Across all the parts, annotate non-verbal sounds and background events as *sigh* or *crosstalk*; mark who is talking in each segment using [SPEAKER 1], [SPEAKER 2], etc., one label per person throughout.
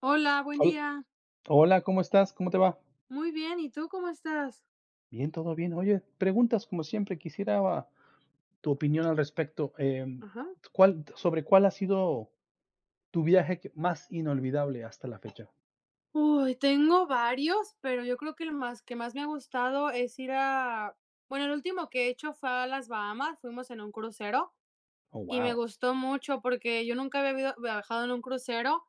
[SPEAKER 1] Hola, buen
[SPEAKER 2] Hol-
[SPEAKER 1] día.
[SPEAKER 2] Hola, ¿cómo estás? ¿Cómo te va?
[SPEAKER 1] Muy bien, ¿y tú cómo estás?
[SPEAKER 2] Bien, todo bien. Oye, preguntas como siempre, quisiera tu opinión al respecto.
[SPEAKER 1] Ajá.
[SPEAKER 2] ¿Sobre cuál ha sido tu viaje más inolvidable hasta la fecha?
[SPEAKER 1] Uy, tengo varios, pero yo creo que el más que más me ha gustado es ir a bueno, el último que he hecho fue a las Bahamas. Fuimos en un crucero
[SPEAKER 2] Oh,
[SPEAKER 1] y me
[SPEAKER 2] wow.
[SPEAKER 1] gustó mucho porque yo nunca había habido viajado en un crucero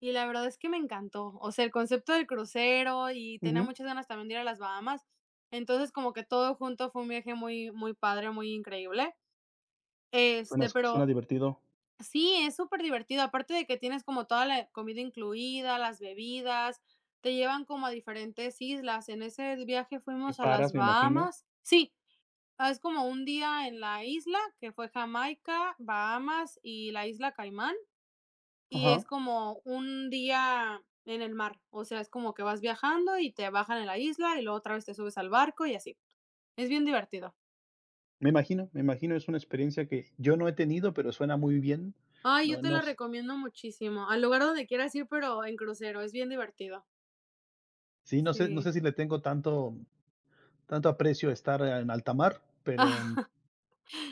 [SPEAKER 1] y la verdad es que me encantó. O sea, el concepto del crucero, y tenía
[SPEAKER 2] Ujú.
[SPEAKER 1] muchas ganas también de ir a las Bahamas. Entonces, como que todo junto fue un viaje muy, muy padre, muy increíble.
[SPEAKER 2] Suena,
[SPEAKER 1] Este,
[SPEAKER 2] suena
[SPEAKER 1] pero
[SPEAKER 2] divertido.
[SPEAKER 1] sí, es súper divertido. Aparte de que tienes como toda la comida incluida, las bebidas, te llevan como a diferentes islas. En ese viaje
[SPEAKER 2] Y
[SPEAKER 1] fuimos a las
[SPEAKER 2] paras, me imagino.
[SPEAKER 1] Bahamas. Sí, ah, es como un día en la isla, que fue Jamaica, Bahamas y la isla Caimán, y es
[SPEAKER 2] Ajá.
[SPEAKER 1] como un día en el mar. O sea, es como que vas viajando y te bajan en la isla y luego otra vez te subes al barco, y así. Es bien divertido.
[SPEAKER 2] Me imagino, es una experiencia que yo no he tenido, pero suena muy bien.
[SPEAKER 1] Ay, yo
[SPEAKER 2] No,
[SPEAKER 1] te
[SPEAKER 2] no,
[SPEAKER 1] la recomiendo muchísimo, al lugar donde quieras ir, pero en crucero es bien divertido.
[SPEAKER 2] sí, no sé, no
[SPEAKER 1] Sí.
[SPEAKER 2] sé si le tengo tanto, tanto aprecio a estar en alta mar, pero
[SPEAKER 1] Ah,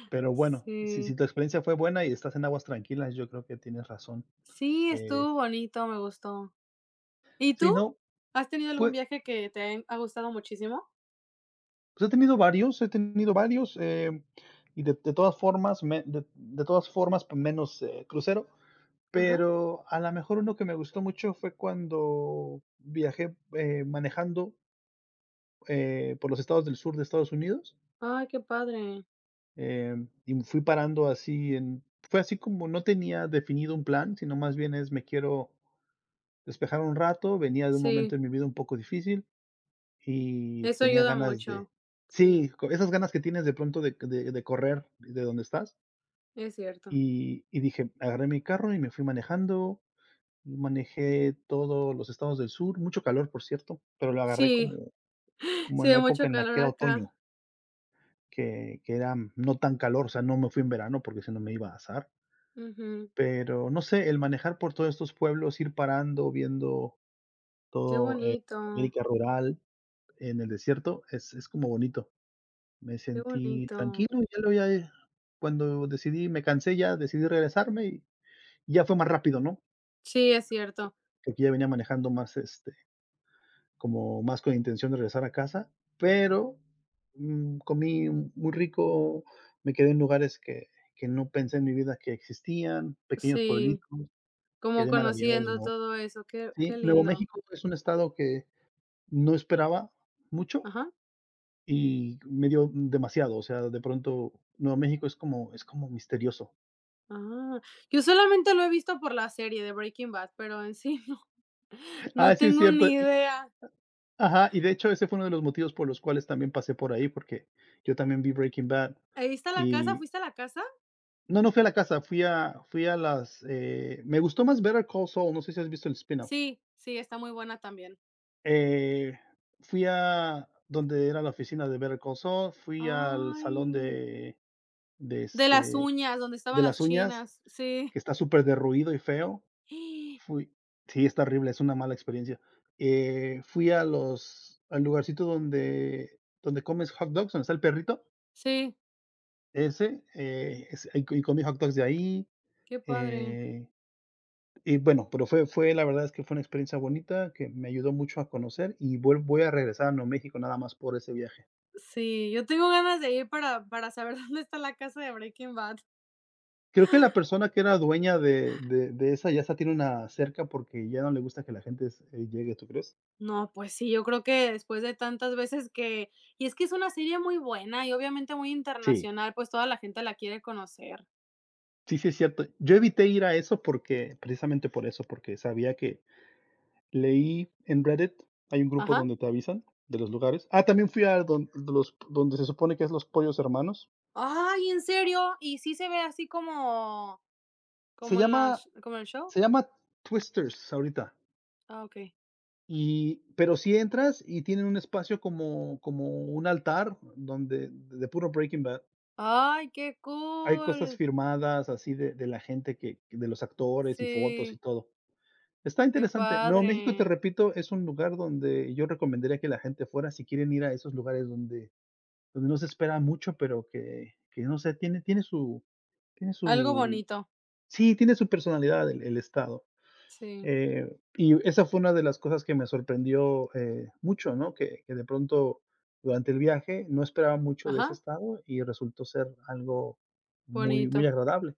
[SPEAKER 2] Pero bueno, si
[SPEAKER 1] sí.
[SPEAKER 2] tu experiencia fue buena y estás en aguas tranquilas, yo creo que tienes razón.
[SPEAKER 1] Sí,
[SPEAKER 2] Eh,
[SPEAKER 1] estuvo bonito, me gustó. ¿Y
[SPEAKER 2] sí,
[SPEAKER 1] tú?
[SPEAKER 2] no,
[SPEAKER 1] ¿Has tenido algún
[SPEAKER 2] pue
[SPEAKER 1] viaje que te ha gustado muchísimo?
[SPEAKER 2] pues, he tenido varios, y de todas formas, pues, menos, crucero,
[SPEAKER 1] Ajá.
[SPEAKER 2] pero a lo mejor uno que me gustó mucho fue cuando viajé, manejando, por los estados del sur de Estados Unidos.
[SPEAKER 1] Ay, qué padre.
[SPEAKER 2] Em, y fui parando así en Fue así como no tenía definido un plan, sino más bien es me quiero despejar un rato. Venía de un
[SPEAKER 1] Sí,
[SPEAKER 2] momento en mi vida un poco difícil y
[SPEAKER 1] eso
[SPEAKER 2] tenía
[SPEAKER 1] ayuda
[SPEAKER 2] ganas de.
[SPEAKER 1] mucho. Sí,
[SPEAKER 2] Sí, co esas ganas que tienes de pronto de correr de donde estás,
[SPEAKER 1] es cierto.
[SPEAKER 2] dije, agarré mi carro y me fui manejando, manejé todos los estados del sur, mucho calor, por cierto, pero lo agarré
[SPEAKER 1] Sí,
[SPEAKER 2] como
[SPEAKER 1] *laughs*
[SPEAKER 2] como
[SPEAKER 1] sí,
[SPEAKER 2] en
[SPEAKER 1] hay
[SPEAKER 2] la
[SPEAKER 1] mucho
[SPEAKER 2] época en la
[SPEAKER 1] calor
[SPEAKER 2] que era
[SPEAKER 1] acá.
[SPEAKER 2] otoño, que era no tan calor, o sea, no me fui en verano porque si no me iba a asar,
[SPEAKER 1] Ujú.
[SPEAKER 2] pero no sé, el manejar por todos estos pueblos, ir parando, viendo
[SPEAKER 1] Qué
[SPEAKER 2] todo,
[SPEAKER 1] bonito,
[SPEAKER 2] América rural. En el desierto es como bonito. Me
[SPEAKER 1] qué
[SPEAKER 2] sentí
[SPEAKER 1] bonito.
[SPEAKER 2] tranquilo. Y ya lo ya, cuando decidí Me cansé ya, decidí regresarme y ya fue más rápido, ¿no?
[SPEAKER 1] Sí, es cierto.
[SPEAKER 2] Porque ya venía manejando más, este, como más con intención de regresar a casa, pero comí muy rico, me quedé en lugares que no pensé en mi vida que existían, pequeños
[SPEAKER 1] Sí,
[SPEAKER 2] pueblitos.
[SPEAKER 1] como
[SPEAKER 2] Quedé maravillado de
[SPEAKER 1] conociendo
[SPEAKER 2] nuevo.
[SPEAKER 1] todo eso, qué qué
[SPEAKER 2] Sí, Nuevo
[SPEAKER 1] lindo.
[SPEAKER 2] México es un estado que no esperaba mucho,
[SPEAKER 1] Ajá.
[SPEAKER 2] y me dio demasiado. O sea, de pronto Nuevo México es como misterioso.
[SPEAKER 1] Ah, yo solamente lo he visto por la serie de Breaking Bad, pero en sí no. No
[SPEAKER 2] Ah, sí, es
[SPEAKER 1] tengo
[SPEAKER 2] cierto,
[SPEAKER 1] ni
[SPEAKER 2] y
[SPEAKER 1] idea.
[SPEAKER 2] ajá, y de hecho, ese fue uno de los motivos por los cuales también pasé por ahí, porque yo también vi Breaking Bad
[SPEAKER 1] ¿Ahí está la casa?
[SPEAKER 2] y
[SPEAKER 1] ¿Fuiste a la casa?
[SPEAKER 2] no, no fui a la casa, me gustó más Better Call Saul, no sé si has visto el spin-off.
[SPEAKER 1] Sí, sí, está muy buena también.
[SPEAKER 2] Eh, fui a donde era la oficina de Better Call Saul, fui al salón
[SPEAKER 1] Ay,
[SPEAKER 2] de,
[SPEAKER 1] de las
[SPEAKER 2] este,
[SPEAKER 1] uñas, donde estaban
[SPEAKER 2] de
[SPEAKER 1] las
[SPEAKER 2] las uñas,
[SPEAKER 1] chinas. Sí.
[SPEAKER 2] que está súper superderruido y feo.
[SPEAKER 1] *gasps*
[SPEAKER 2] Fui Sí, está horrible, es una mala experiencia. Fui a los al lugarcito donde comes hot dogs, donde está el perrito,
[SPEAKER 1] Sí,
[SPEAKER 2] ahí, y comí hot dogs de ahí.
[SPEAKER 1] qué padre.
[SPEAKER 2] Eh, y bueno, pero fue la verdad es que fue una experiencia bonita que me ayudó mucho a conocer, y vuel voy a regresar a Nuevo México nada más por ese viaje.
[SPEAKER 1] Sí, yo tengo ganas de ir para saber *laughs* dónde está la casa de Breaking Bad.
[SPEAKER 2] Creo que la persona que era dueña de esa ya está, tiene una cerca porque ya no le gusta que la gente, llegue, ¿tú crees?
[SPEAKER 1] No, pues sí, yo creo que después de tantas veces que, y es que es una serie muy buena y obviamente muy
[SPEAKER 2] Sí.
[SPEAKER 1] internacional, pues toda la gente la quiere conocer.
[SPEAKER 2] Sí, sí, es cierto. Yo evité ir a eso porque precisamente por eso, porque sabía que, leí en Reddit, hay un grupo
[SPEAKER 1] Ajá.
[SPEAKER 2] donde te avisan de los lugares. Ah, también fui a donde se supone que es los pollos hermanos.
[SPEAKER 1] Ay, ¿en serio? ¿Y sí se ve así como
[SPEAKER 2] Se
[SPEAKER 1] como en la
[SPEAKER 2] llama,
[SPEAKER 1] sh como en el show?
[SPEAKER 2] se llama, Twisters ahorita.
[SPEAKER 1] Ah, okey.
[SPEAKER 2] Y pero si entras, y tienen un espacio como como un altar donde de puro Breaking Bad
[SPEAKER 1] ¡Ay, qué
[SPEAKER 2] hay cosas
[SPEAKER 1] cool!
[SPEAKER 2] firmadas así de la gente que, de los actores y fotos y
[SPEAKER 1] Sí,
[SPEAKER 2] todo. Está
[SPEAKER 1] qué
[SPEAKER 2] interesante. Nuevo México, te
[SPEAKER 1] padre.
[SPEAKER 2] repito, es un lugar donde yo recomendaría que la gente fuera si quieren ir a esos lugares donde donde no se espera mucho, pero que no sé, tiene tiene
[SPEAKER 1] Algo
[SPEAKER 2] su
[SPEAKER 1] bonito,
[SPEAKER 2] sí, tiene su personalidad el estado.
[SPEAKER 1] sí.
[SPEAKER 2] Y esa fue una de las cosas que me sorprendió, mucho, ¿no? Que de pronto, durante el viaje, no esperaba mucho de ese
[SPEAKER 1] Ajá,
[SPEAKER 2] estado y resultó ser algo muy muy
[SPEAKER 1] bonito,
[SPEAKER 2] agradable.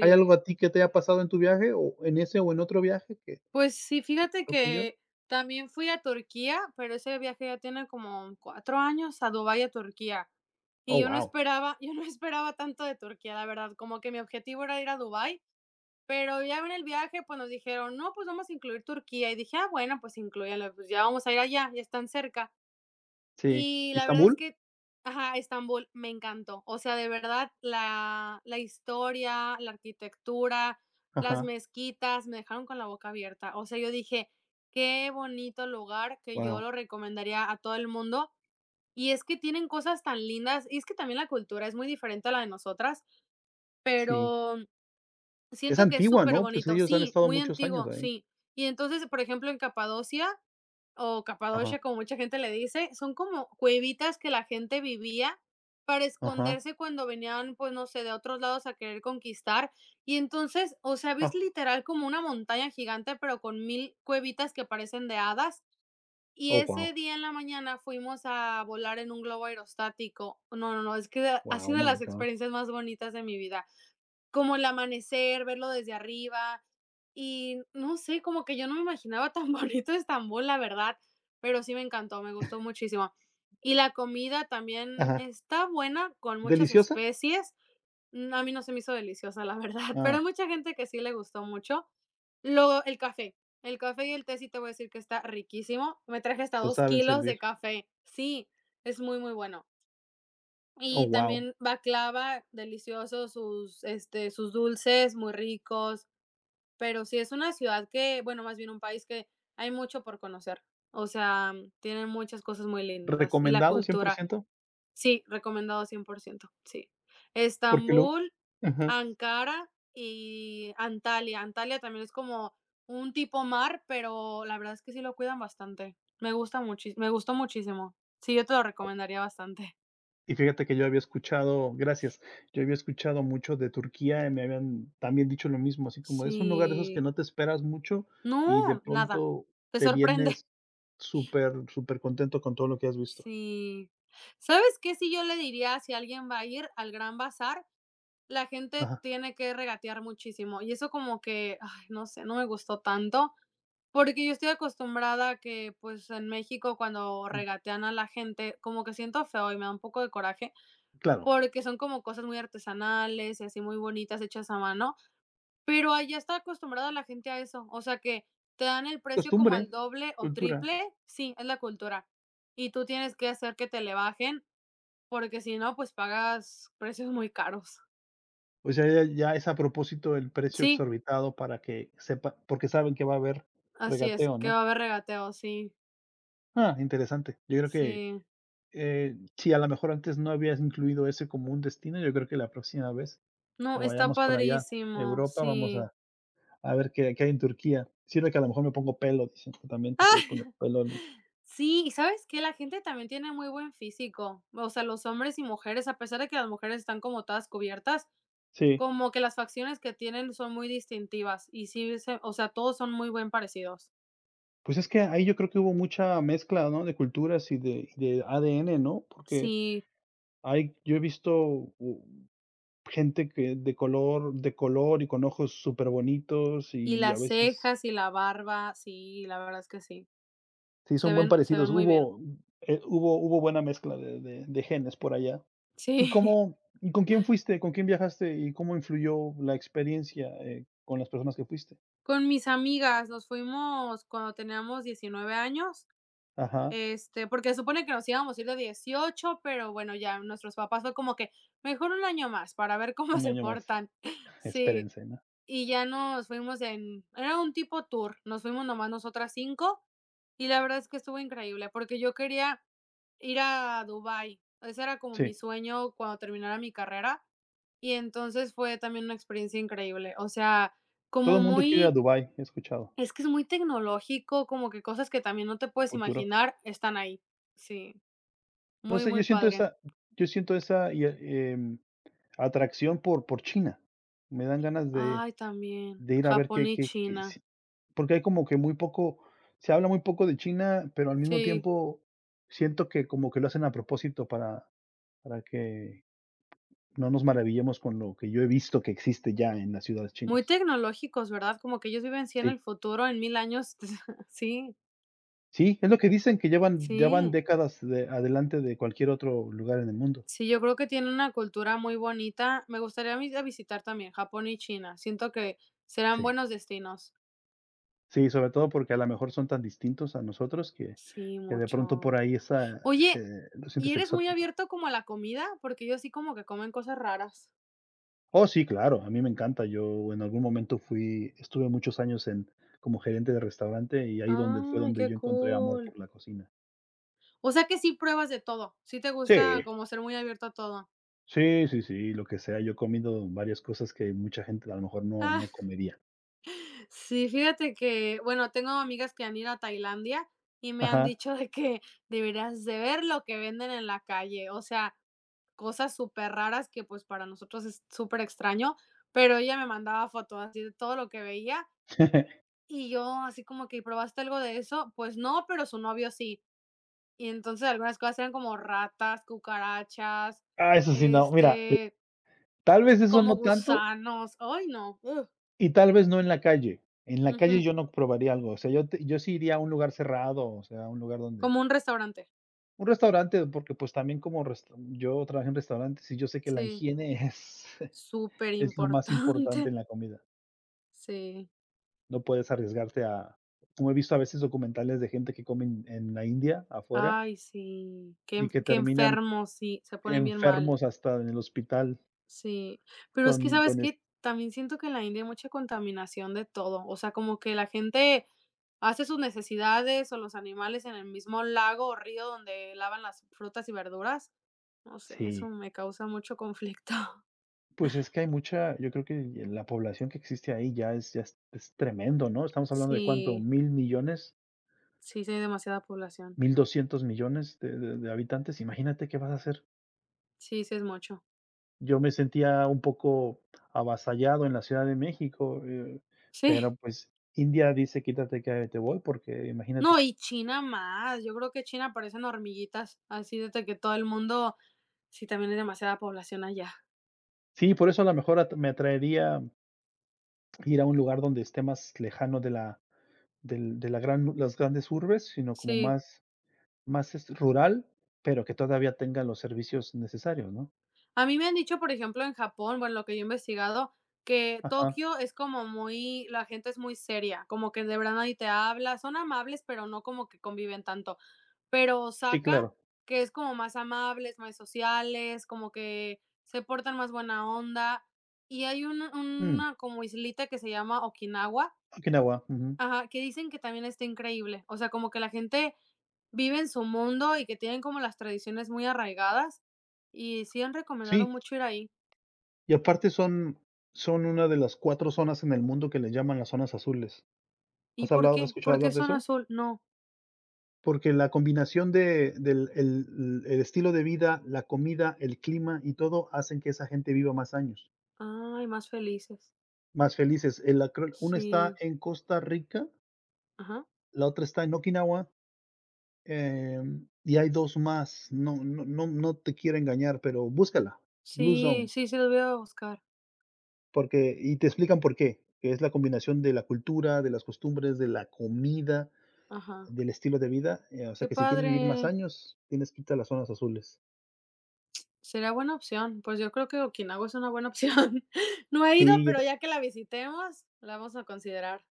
[SPEAKER 2] ¿Hay algo a ti que te haya pasado en tu viaje, o en ese o en otro viaje que te
[SPEAKER 1] Pues sí, fíjate
[SPEAKER 2] sorprendió?
[SPEAKER 1] que también fui a Turquía, pero ese viaje ya tiene como 4 años, a Dubái, a Turquía. Y
[SPEAKER 2] Oh,
[SPEAKER 1] yo no
[SPEAKER 2] wow.
[SPEAKER 1] esperaba *laughs* yo no esperaba tanto de Turquía, la verdad, como que mi objetivo era ir a Dubái, pero ya en el viaje, pues, nos dijeron: "No, pues, vamos a incluir Turquía", y dije: "Ah, bueno, pues, inclúyanlo, pues, ya vamos a ir allá, ya están cerca".
[SPEAKER 2] Sí,
[SPEAKER 1] Y la verdad es
[SPEAKER 2] ¿Istambul?
[SPEAKER 1] que, ajá, Estambul me encantó. O sea, de verdad, la historia, la arquitectura, las
[SPEAKER 2] Ajá,
[SPEAKER 1] mezquitas me dejaron con la boca abierta. O sea, yo dije, qué bonito lugar, que yo
[SPEAKER 2] wow,
[SPEAKER 1] lo recomendaría a todo el mundo. Y es que tienen cosas tan lindas. Y es que también la cultura es muy diferente a la de nosotras,
[SPEAKER 2] sí.
[SPEAKER 1] pero
[SPEAKER 2] Es
[SPEAKER 1] siento que es
[SPEAKER 2] antigua,
[SPEAKER 1] súper
[SPEAKER 2] ¿no? Pues
[SPEAKER 1] bonito.
[SPEAKER 2] ellos han
[SPEAKER 1] Sí,
[SPEAKER 2] estado
[SPEAKER 1] muy
[SPEAKER 2] muchos años
[SPEAKER 1] antiguo,
[SPEAKER 2] ahí.
[SPEAKER 1] sí. Y entonces, por ejemplo, en Capadocia, o Capadocia,
[SPEAKER 2] Ajá,
[SPEAKER 1] como mucha gente le dice, son como cuevitas que la gente vivía para
[SPEAKER 2] ajá,
[SPEAKER 1] esconderse cuando venían, pues no sé, de otros lados a querer conquistar. Y entonces, o sea,
[SPEAKER 2] ah,
[SPEAKER 1] ves literal como una montaña gigante, pero con mil cuevitas que parecen de hadas. Y
[SPEAKER 2] oh,
[SPEAKER 1] ese
[SPEAKER 2] wow,
[SPEAKER 1] día en la mañana fuimos a volar en un globo aerostático. No, no, no, es que ha
[SPEAKER 2] wow, oh
[SPEAKER 1] sido de
[SPEAKER 2] my
[SPEAKER 1] las
[SPEAKER 2] god.
[SPEAKER 1] experiencias más bonitas de mi vida, como el amanecer, verlo desde arriba. Y no sé, como que yo no me imaginaba *laughs* tan bonito Estambul, la verdad, pero sí me encantó, me gustó muchísimo. Y la comida también
[SPEAKER 2] Ajá,
[SPEAKER 1] está buena, con muchas
[SPEAKER 2] ¿deliciosa?
[SPEAKER 1] especies. Mm, a mí no se me hizo deliciosa, la verdad, *laughs* pero hay
[SPEAKER 2] Ah,
[SPEAKER 1] mucha gente que sí le gustó mucho. Luego, el café. El café y el té sí te voy a decir que está riquísimo. Me traje hasta
[SPEAKER 2] lo
[SPEAKER 1] dos
[SPEAKER 2] saben
[SPEAKER 1] kilos
[SPEAKER 2] servir.
[SPEAKER 1] de café. Sí, es muy, muy bueno.
[SPEAKER 2] Oh,
[SPEAKER 1] Y
[SPEAKER 2] wow.
[SPEAKER 1] también baklava, delicioso, sus, este, sus dulces muy ricos, pero sí es una ciudad que, bueno, más bien un país que hay mucho por conocer. O sea, tienen muchas cosas muy lindas y la
[SPEAKER 2] ¿Recomendado cien por
[SPEAKER 1] cultura,
[SPEAKER 2] ciento,
[SPEAKER 1] sí, recomendado 100%, sí.
[SPEAKER 2] Porque lo
[SPEAKER 1] Estambul,
[SPEAKER 2] Ajá,
[SPEAKER 1] Ankara y Antalya. Antalya también es como un tipo mar, pero la verdad es que sí lo cuidan bastante. Me gusta muchis Me gustó muchísimo. Sí, yo te lo recomendaría bastante.
[SPEAKER 2] y fíjate que yo había escuchado, gracias, yo había escuchado mucho de Turquía, y me habían también dicho lo mismo, así como es un lugar de esos que
[SPEAKER 1] Sí.
[SPEAKER 2] no te esperas mucho y de
[SPEAKER 1] No, nada.
[SPEAKER 2] pronto
[SPEAKER 1] Te
[SPEAKER 2] te
[SPEAKER 1] sorprende.
[SPEAKER 2] vienes
[SPEAKER 1] *laughs*
[SPEAKER 2] súper, súper contento con todo lo que has visto.
[SPEAKER 1] Sí. ¿Sabes qué? Si yo le diría, si alguien va a ir al Gran Bazar, la gente
[SPEAKER 2] Ajá,
[SPEAKER 1] tiene que regatear muchísimo. Y eso como que, ay, no sé, no me gustó tanto, porque yo estoy acostumbrada a que, pues, en México cuando
[SPEAKER 2] mm,
[SPEAKER 1] regatean a la gente, como que siento feo y me da un poco de coraje,
[SPEAKER 2] claro,
[SPEAKER 1] porque son como cosas muy artesanales y así muy bonitas hechas a mano. Pero allá está acostumbrada la gente a eso, o sea, que te dan el precio como
[SPEAKER 2] costumbre,
[SPEAKER 1] al
[SPEAKER 2] es
[SPEAKER 1] doble o
[SPEAKER 2] cultura.
[SPEAKER 1] triple, sí, es la cultura. Y tú tienes que hacer que te le bajen, porque si no, pues pagas precios muy caros.
[SPEAKER 2] O sea, ya es a propósito el precio
[SPEAKER 1] Sí,
[SPEAKER 2] exorbitado para que sepa porque saben que va a haber
[SPEAKER 1] así es,
[SPEAKER 2] regateo,
[SPEAKER 1] que
[SPEAKER 2] ¿no?
[SPEAKER 1] va a haber regateo, sí,
[SPEAKER 2] Ah, interesante. Yo creo que,
[SPEAKER 1] sí.
[SPEAKER 2] si a lo mejor antes no habías incluido ese como un destino, yo creo que la próxima vez
[SPEAKER 1] No,
[SPEAKER 2] que
[SPEAKER 1] está
[SPEAKER 2] vayamos por allá,
[SPEAKER 1] padrísimo,
[SPEAKER 2] Europa, vamos
[SPEAKER 1] sí.
[SPEAKER 2] a ver qué hay en Turquía. Sirve que a lo mejor me pongo pelo, dicen que también te puedes poner pelo en.
[SPEAKER 1] Sí, y ¿sabes que la gente también tiene muy buen físico? O sea, los hombres y mujeres, a pesar de que las mujeres están como todas cubiertas,
[SPEAKER 2] Sí,
[SPEAKER 1] como que las facciones que tienen son muy distintivas y sí se o sea, todos son muy buen parecidos.
[SPEAKER 2] pues es que ahí yo creo que hubo mucha mezcla, ¿no? De culturas de ADN, ¿no? Porque
[SPEAKER 1] Sí,
[SPEAKER 2] hay, yo he visto u gente que de color y con ojos superbonitos,
[SPEAKER 1] y
[SPEAKER 2] y a
[SPEAKER 1] las
[SPEAKER 2] veces
[SPEAKER 1] cejas y la barba, sí, la verdad es que sí,
[SPEAKER 2] sí
[SPEAKER 1] se
[SPEAKER 2] son buen
[SPEAKER 1] ven se ven
[SPEAKER 2] parecidos.
[SPEAKER 1] muy bien.
[SPEAKER 2] Hubo buena mezcla de genes por allá. ¿Y
[SPEAKER 1] Sí, *laughs*
[SPEAKER 2] cómo y con quién fuiste? ¿Con quién viajaste? ¿Y cómo influyó la experiencia, con las personas que fuiste?
[SPEAKER 1] con mis amigas nos fuimos cuando teníamos 19 años,
[SPEAKER 2] Ajá,
[SPEAKER 1] este, porque se supone que nos íbamos a ir de 18, pero bueno, ya nuestros papás fue como que: "Mejor un año más para ver cómo
[SPEAKER 2] un
[SPEAKER 1] se
[SPEAKER 2] año más.
[SPEAKER 1] portan". *laughs* Sí.
[SPEAKER 2] Espérense, ¿no?
[SPEAKER 1] Y ya nos fuimos en era un tipo tour, nos fuimos nomás nosotras 5 y la verdad es que estuvo increíble, porque yo quería ir a Dubái, ese era como mi
[SPEAKER 2] Sí.
[SPEAKER 1] sueño cuando terminara mi carrera, y entonces fue también una experiencia increíble, o sea,
[SPEAKER 2] Todo
[SPEAKER 1] como
[SPEAKER 2] el mundo quiere ir a
[SPEAKER 1] muy,
[SPEAKER 2] Dubái, he escuchado.
[SPEAKER 1] es que es muy tecnológico, como que cosas que también no te puedes
[SPEAKER 2] Futuro.
[SPEAKER 1] imaginar están ahí. Sí,
[SPEAKER 2] No
[SPEAKER 1] muy,
[SPEAKER 2] sé,
[SPEAKER 1] muy
[SPEAKER 2] yo siento
[SPEAKER 1] padre.
[SPEAKER 2] esa yo siento esa atracción por China. Me dan ganas de
[SPEAKER 1] Ay, también,
[SPEAKER 2] ir a ver
[SPEAKER 1] Japón
[SPEAKER 2] qué
[SPEAKER 1] y
[SPEAKER 2] qué qué
[SPEAKER 1] China.
[SPEAKER 2] si porque hay como que muy poco, se habla muy poco de China, pero al mismo
[SPEAKER 1] Sí.
[SPEAKER 2] tiempo siento que como que lo hacen a propósito para que no nos maravillemos con lo que yo he visto que existe ya en las ciudades
[SPEAKER 1] Muy
[SPEAKER 2] chinas.
[SPEAKER 1] tecnológicos, ¿verdad? Como que ellos viven sí en el
[SPEAKER 2] Sí,
[SPEAKER 1] futuro, en 1000 años. *laughs* Sí,
[SPEAKER 2] sí, es lo que dicen, que llevan, ya van
[SPEAKER 1] sí.
[SPEAKER 2] décadas de adelante de cualquier otro lugar en el mundo.
[SPEAKER 1] Sí, yo creo que tienen una cultura muy bonita. Me gustaría a visitar también Japón y China. Siento que serán
[SPEAKER 2] Sí,
[SPEAKER 1] buenos destinos.
[SPEAKER 2] sí, sobre todo porque a lo mejor son tan distintos a nosotros
[SPEAKER 1] Sí,
[SPEAKER 2] que de pronto
[SPEAKER 1] mucho.
[SPEAKER 2] por ahí
[SPEAKER 1] Oye,
[SPEAKER 2] lo
[SPEAKER 1] ¿y
[SPEAKER 2] sientes
[SPEAKER 1] eres muy
[SPEAKER 2] exótico.
[SPEAKER 1] abierto como a la comida? Porque ellos sí como que comen cosas raras.
[SPEAKER 2] Oh, sí, claro, a mí me encanta. Yo en algún momento fui estuve muchos años en como gerente de restaurante, y ahí donde fue
[SPEAKER 1] Ay,
[SPEAKER 2] donde
[SPEAKER 1] qué
[SPEAKER 2] yo encontré amor
[SPEAKER 1] cool.
[SPEAKER 2] por la cocina.
[SPEAKER 1] O sea que sí pruebas de todo. Sí te
[SPEAKER 2] Sí,
[SPEAKER 1] gusta como ser muy abierto a todo.
[SPEAKER 2] sí, sí, sí, lo que sea, yo he comido varias cosas que mucha gente a lo mejor no
[SPEAKER 1] *laughs*
[SPEAKER 2] comería.
[SPEAKER 1] Sí, fíjate que, bueno, tengo amigas que han ido a Tailandia y me han
[SPEAKER 2] Ajá.
[SPEAKER 1] dicho de que deberías de ver lo que venden en la calle, o sea, cosas súper raras que pues para nosotros es súper extraño, pero ella me mandaba fotos así de todo lo que veía
[SPEAKER 2] *laughs*
[SPEAKER 1] y yo así como que probaste algo de eso, pues no, pero su novio sí. Y entonces algunas cosas eran como ratas, cucarachas,
[SPEAKER 2] Ah, eso sí, no, mira,
[SPEAKER 1] este,
[SPEAKER 2] tal vez eso
[SPEAKER 1] como
[SPEAKER 2] no tanto
[SPEAKER 1] gusanos, ay no, ugh,
[SPEAKER 2] y tal vez no en la calle. En la calle
[SPEAKER 1] ujú,
[SPEAKER 2] yo no probaría algo, o sea, yo sí iría a un lugar cerrado, o sea, a un lugar donde
[SPEAKER 1] como un restaurante,
[SPEAKER 2] un restaurante, porque, pues, también como resta yo trabajé en restaurantes, y yo sé que la
[SPEAKER 1] sí.
[SPEAKER 2] higiene *laughs* es.
[SPEAKER 1] Súper
[SPEAKER 2] Es lo más
[SPEAKER 1] importante,
[SPEAKER 2] importante
[SPEAKER 1] *laughs*
[SPEAKER 2] en la comida.
[SPEAKER 1] sí.
[SPEAKER 2] No puedes arriesgarte a, como he visto a veces documentales de gente que comen en la India, afuera,
[SPEAKER 1] Ay, sí. Qué
[SPEAKER 2] y
[SPEAKER 1] en
[SPEAKER 2] que
[SPEAKER 1] qué
[SPEAKER 2] terminan
[SPEAKER 1] enfermos, sí, se ponen bien mal.
[SPEAKER 2] enfermos hasta en el hospital
[SPEAKER 1] Sí. Pero es que, ¿sabes
[SPEAKER 2] con es
[SPEAKER 1] qué? También siento que en la India hay mucha contaminación de todo. O sea, como que la gente hace sus necesidades o los animales en el mismo lago o río donde lavan las frutas y verduras. No sé, eso
[SPEAKER 2] sí.
[SPEAKER 1] me causa mucho conflicto. *laughs*
[SPEAKER 2] Pues es que hay mucha yo creo que la población que existe ahí ya es tremendo, ¿no? Estamos hablando de, ¿cuánto?
[SPEAKER 1] Sí,
[SPEAKER 2] ¿1,000,000,000?
[SPEAKER 1] sí, sí hay demasiada población.
[SPEAKER 2] ¿1,200,000,000 de habitantes? Imagínate qué vas a hacer.
[SPEAKER 1] Sí, sí es mucho.
[SPEAKER 2] Yo me sentía un poco avasallado en la Ciudad de México,
[SPEAKER 1] Sí.
[SPEAKER 2] pero, pues, India dice: "Quítate que te voy", porque
[SPEAKER 1] No,
[SPEAKER 2] imagínate.
[SPEAKER 1] y China más. Yo creo que China parecen hormiguitas, así desde que todo el mundo, sí, también hay demasiada población allá.
[SPEAKER 2] Sí, por eso a lo mejor at me atraería ir a un lugar donde esté más lejano de la del de la gran las grandes urbes, sino como
[SPEAKER 1] Sí.
[SPEAKER 2] más más rural, pero que todavía tenga los servicios necesarios, ¿no?
[SPEAKER 1] A mí me han dicho, por ejemplo, en Japón, bueno, lo que yo he investigado, que
[SPEAKER 2] Ajá,
[SPEAKER 1] Tokio es como muy, la gente es muy seria, como que de verdad nadie te habla, son amables, pero no como que conviven tanto. Pero
[SPEAKER 2] sí,
[SPEAKER 1] Osaka,
[SPEAKER 2] claro.
[SPEAKER 1] que es como más amables, más sociales, como que se portan más buena onda. Y hay
[SPEAKER 2] Mm,
[SPEAKER 1] una como islita que se llama Okinawa.
[SPEAKER 2] Okinawa, ujú.
[SPEAKER 1] Ajá, que dicen que también está increíble. O sea, como que la gente vive en su mundo y que tienen como las tradiciones muy arraigadas, y sí han recomendado
[SPEAKER 2] Sí,
[SPEAKER 1] mucho ir ahí.
[SPEAKER 2] y aparte son son una de las 4 zonas en el mundo que le llaman las zonas azules.
[SPEAKER 1] ¿Y
[SPEAKER 2] ¿Has
[SPEAKER 1] por
[SPEAKER 2] hablado, has
[SPEAKER 1] qué?
[SPEAKER 2] escuchado
[SPEAKER 1] ¿Por qué
[SPEAKER 2] hablar de
[SPEAKER 1] son
[SPEAKER 2] eso?
[SPEAKER 1] Azul? No.
[SPEAKER 2] Porque la combinación de del el estilo de vida, la comida, el clima y todo hacen que esa gente viva más años,
[SPEAKER 1] Ay, más felices.
[SPEAKER 2] más felices. El la creo una está
[SPEAKER 1] Sí,
[SPEAKER 2] en Costa Rica,
[SPEAKER 1] ajá.
[SPEAKER 2] la otra está en Okinawa, y hay 2 más. No no no no te quiero engañar, pero búscala, Blue
[SPEAKER 1] Sí,
[SPEAKER 2] Zones,
[SPEAKER 1] sí, sí los voy a buscar.
[SPEAKER 2] porque y te explican por qué, que es la combinación de la cultura, de las costumbres, de la comida,
[SPEAKER 1] Ajá.
[SPEAKER 2] del estilo de vida, o sea,
[SPEAKER 1] Qué
[SPEAKER 2] que si quieres vivir más
[SPEAKER 1] padre.
[SPEAKER 2] años, tienes que irte a las zonas azules.
[SPEAKER 1] Sería buena opción. Pues yo creo que Okinawa es una buena opción. *laughs* No he ido,
[SPEAKER 2] Sí, yo
[SPEAKER 1] pero ya que la visitemos, la vamos a considerar.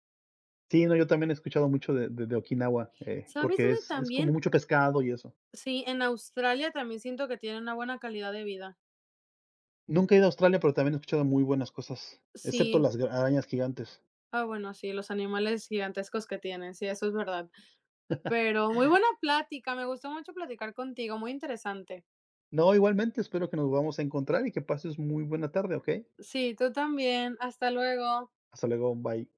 [SPEAKER 2] sí, no, yo también he escuchado mucho de Okinawa,
[SPEAKER 1] ¿Sabes
[SPEAKER 2] porque
[SPEAKER 1] dónde
[SPEAKER 2] es como
[SPEAKER 1] también,
[SPEAKER 2] mucho pescado y eso.
[SPEAKER 1] sí, en Australia también siento que tienen una buena calidad de vida?
[SPEAKER 2] Nunca he ido a Australia, pero también he escuchado muy buenas cosas, excepto
[SPEAKER 1] Sí.
[SPEAKER 2] las gra arañas gigantes.
[SPEAKER 1] Ah, bueno, sí, los animales gigantescos que tienen, sí, eso es verdad. Pero muy buena plática, me gustó mucho platicar contigo, muy interesante.
[SPEAKER 2] No, igualmente, espero que nos vamos a encontrar y que pases muy buena tarde, ¿ok?
[SPEAKER 1] Sí, tú también. Hasta luego.
[SPEAKER 2] Hasta luego, bye.